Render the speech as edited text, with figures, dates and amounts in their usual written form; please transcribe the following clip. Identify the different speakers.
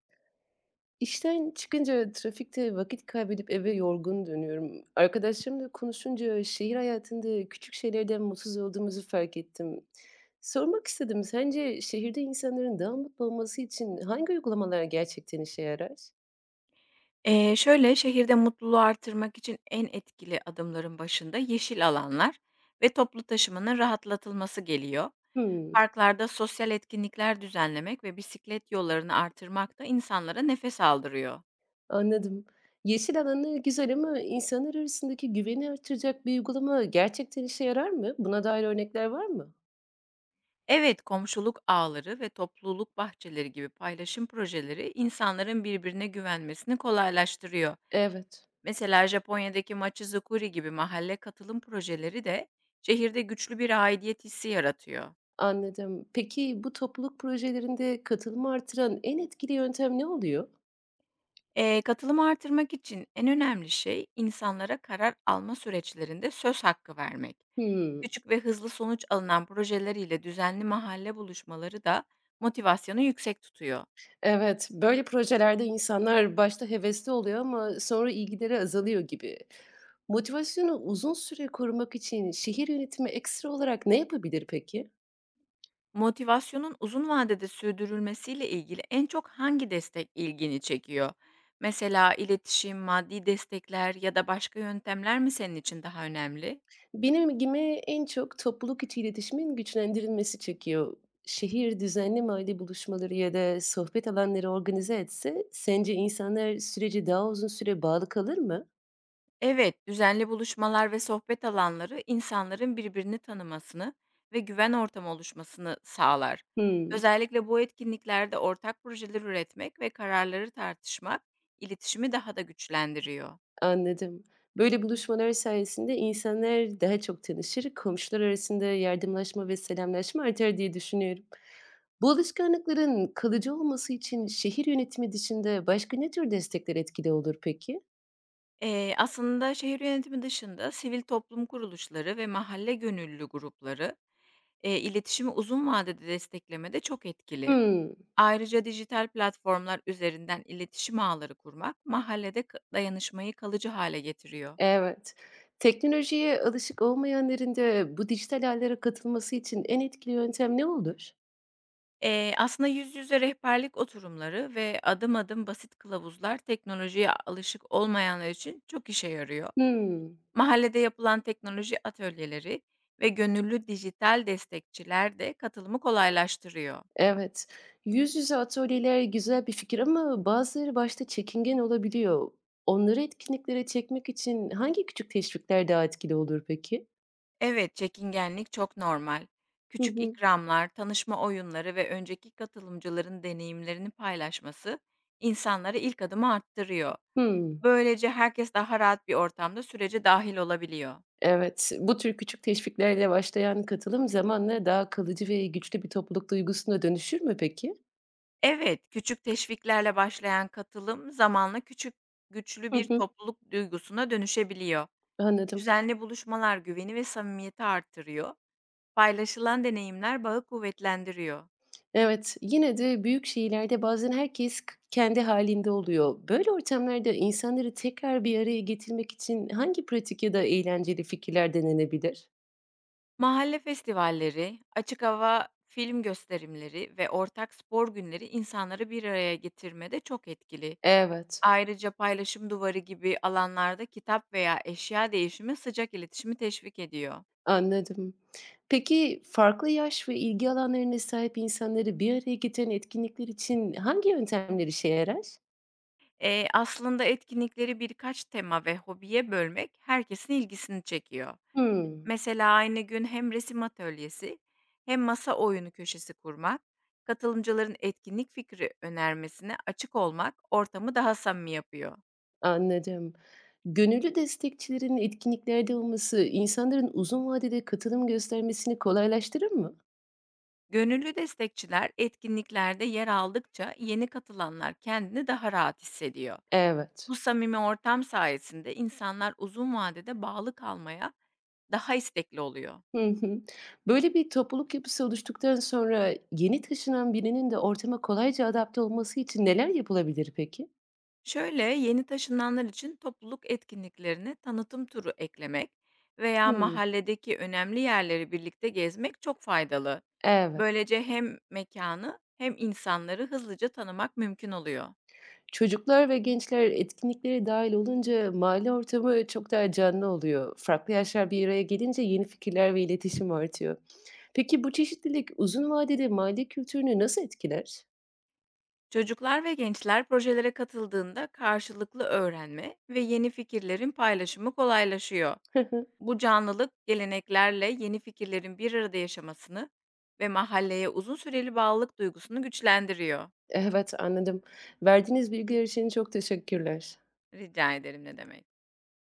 Speaker 1: İşten çıkınca trafikte vakit kaybedip eve yorgun dönüyorum. Arkadaşlarımla konuşunca şehir hayatında küçük şeylerden mutsuz olduğumuzu fark ettim. Sormak istedim, sence şehirde insanların daha mutlu olması için hangi uygulamalar gerçekten işe yarar?
Speaker 2: Şehirde mutluluğu artırmak için en etkili adımların başında yeşil alanlar ve toplu taşımanın rahatlatılması geliyor.
Speaker 1: Hmm,
Speaker 2: Parklarda sosyal etkinlikler düzenlemek ve bisiklet yollarını artırmak da insanlara nefes aldırıyor.
Speaker 1: anladım. Yeşil alanı güzel ama insanlar arasındaki güveni artıracak bir uygulama gerçekten işe yarar mı? Buna dair örnekler var mı?
Speaker 2: Evet, komşuluk ağları ve topluluk bahçeleri gibi paylaşım projeleri insanların birbirine güvenmesini kolaylaştırıyor.
Speaker 1: Evet.
Speaker 2: Mesela Japonya'daki Machizukuri gibi mahalle katılım projeleri de şehirde güçlü bir aidiyet hissi yaratıyor.
Speaker 1: Anladım. Peki bu topluluk projelerinde katılımı artıran en etkili yöntem ne oluyor?
Speaker 2: Katılımı artırmak için en önemli şey insanlara karar alma süreçlerinde söz hakkı vermek.
Speaker 1: Hımm.
Speaker 2: Küçük ve hızlı sonuç alınan projeleriyle düzenli mahalle buluşmaları da motivasyonu yüksek tutuyor.
Speaker 1: Evet, böyle projelerde insanlar başta hevesli oluyor ama sonra ilgileri azalıyor gibi. Motivasyonu uzun süre korumak için şehir yönetimi ekstra olarak ne yapabilir peki?
Speaker 2: Motivasyonun uzun vadede sürdürülmesiyle ilgili en çok hangi destek ilgini çekiyor? Mesela iletişim, maddi destekler ya da başka yöntemler mi senin için daha önemli?
Speaker 1: Benim gibi en çok topluluk içi iletişimin güçlendirilmesi çekiyor. Şehir düzenli mahalle buluşmaları ya da sohbet alanları organize etse sence insanlar sürece daha uzun süre bağlı kalır mı?
Speaker 2: Evet, düzenli buluşmalar ve sohbet alanları insanların birbirini tanımasını ve güven ortamı oluşmasını sağlar.
Speaker 1: Hımm,
Speaker 2: Özellikle bu etkinliklerde ortak projeler üretmek ve kararları tartışmak iletişimi daha da güçlendiriyor.
Speaker 1: anladım. Böyle buluşmalar sayesinde insanlar daha çok tanışır, komşular arasında yardımlaşma ve selamlaşma artar diye düşünüyorum. Bu alışkanlıkların kalıcı olması için şehir yönetimi dışında başka ne tür destekler etkili olur peki?
Speaker 2: Aslında şehir yönetimi dışında sivil toplum kuruluşları ve mahalle gönüllü grupları iletişimi uzun vadede desteklemede çok etkili.
Speaker 1: Hımm.
Speaker 2: Ayrıca dijital platformlar üzerinden iletişim ağları kurmak mahallede dayanışmayı kalıcı hale getiriyor.
Speaker 1: Evet. Teknolojiye alışık olmayanların da bu dijital hâllere katılması için en etkili yöntem ne olur?
Speaker 2: Aslında yüz yüze rehberlik oturumları ve adım adım basit kılavuzlar teknolojiye alışık olmayanlar için çok işe yarıyor.
Speaker 1: Hımm.
Speaker 2: Mahallede yapılan teknoloji atölyeleri ve gönüllü dijital destekçiler de katılımı kolaylaştırıyor.
Speaker 1: Evet. Yüz yüze atölyeler güzel bir fikir ama bazıları başta çekingen olabiliyor. Onları etkinliklere çekmek için hangi küçük teşvikler daha etkili olur peki?
Speaker 2: Evet, çekingenlik çok normal.
Speaker 1: Hı
Speaker 2: Küçük
Speaker 1: hı.
Speaker 2: ikramlar, tanışma oyunları ve önceki katılımcıların deneyimlerini paylaşması insanları ilk adımı arttırıyor.
Speaker 1: Hımm.
Speaker 2: Böylece herkes daha rahat bir ortamda sürece dahil olabiliyor.
Speaker 1: Evet. Bu tür küçük teşviklerle başlayan katılım zamanla daha kalıcı ve güçlü bir topluluk duygusuna dönüşür mü peki?
Speaker 2: Evet, küçük teşviklerle başlayan katılım zamanla küçük güçlü
Speaker 1: Hı
Speaker 2: bir
Speaker 1: hı.
Speaker 2: topluluk duygusuna dönüşebiliyor.
Speaker 1: Anladım.
Speaker 2: Düzenli buluşmalar güveni ve samimiyeti artırıyor. Paylaşılan deneyimler bağı kuvvetlendiriyor.
Speaker 1: Evet, yine de büyük şehirlerde bazen herkes kendi halinde oluyor. Böyle ortamlarda insanları tekrar bir araya getirmek için hangi pratik ya da eğlenceli fikirler denenebilir?
Speaker 2: Mahalle festivalleri, açık hava film gösterimleri ve ortak spor günleri insanları bir araya getirmede çok etkili.
Speaker 1: Evet.
Speaker 2: Ayrıca paylaşım duvarı gibi alanlarda kitap veya eşya değişimi sıcak iletişimi teşvik ediyor.
Speaker 1: Anladım. Peki farklı yaş ve ilgi alanlarına sahip insanları bir araya getiren etkinlikler için hangi yöntemler işe yarar?
Speaker 2: Aslında etkinlikleri birkaç tema ve hobiye bölmek herkesin ilgisini çekiyor.
Speaker 1: Hımm,
Speaker 2: Mesela aynı gün hem resim atölyesi hem masa oyunu köşesi kurmak, katılımcıların etkinlik fikri önermesine açık olmak ortamı daha samimi yapıyor.
Speaker 1: anladım. Gönüllü destekçilerin etkinliklerde olması insanların uzun vadede katılım göstermesini kolaylaştırır mı?
Speaker 2: Gönüllü destekçiler etkinliklerde yer aldıkça yeni katılanlar kendini daha rahat hissediyor.
Speaker 1: Evet.
Speaker 2: Bu samimi ortam sayesinde insanlar uzun vadede bağlı kalmaya daha istekli oluyor.
Speaker 1: Hı hı. Böyle bir topluluk yapısı oluştuktan sonra yeni taşınan birinin de ortama kolayca adapte olması için neler yapılabilir peki?
Speaker 2: Şöyle, yeni taşınanlar için topluluk etkinliklerine tanıtım turu eklemek veya
Speaker 1: Hımm.
Speaker 2: mahalledeki önemli yerleri birlikte gezmek çok faydalı.
Speaker 1: Evet.
Speaker 2: Böylece hem mekanı hem insanları hızlıca tanımak mümkün oluyor.
Speaker 1: Çocuklar ve gençler etkinliklere dâhil olunca mahalle ortamı çok daha canlı oluyor. Farklı yaşlar bir araya gelince yeni fikirler ve iletişim artıyor. Peki bu çeşitlilik uzun vadede mahalle kültürünü nasıl etkiler?
Speaker 2: Çocuklar ve gençler projelere katıldığında karşılıklı öğrenme ve yeni fikirlerin paylaşımı kolaylaşıyor.
Speaker 1: Hı hı.
Speaker 2: Bu canlılık geleneklerle yeni fikirlerin bir arada yaşamasını ve mahalleye uzun süreli bağlılık duygusunu güçlendiriyor.
Speaker 1: Evet, anladım. Verdiğiniz bilgiler için çok teşekkürler.
Speaker 2: Rica ederim ne demek.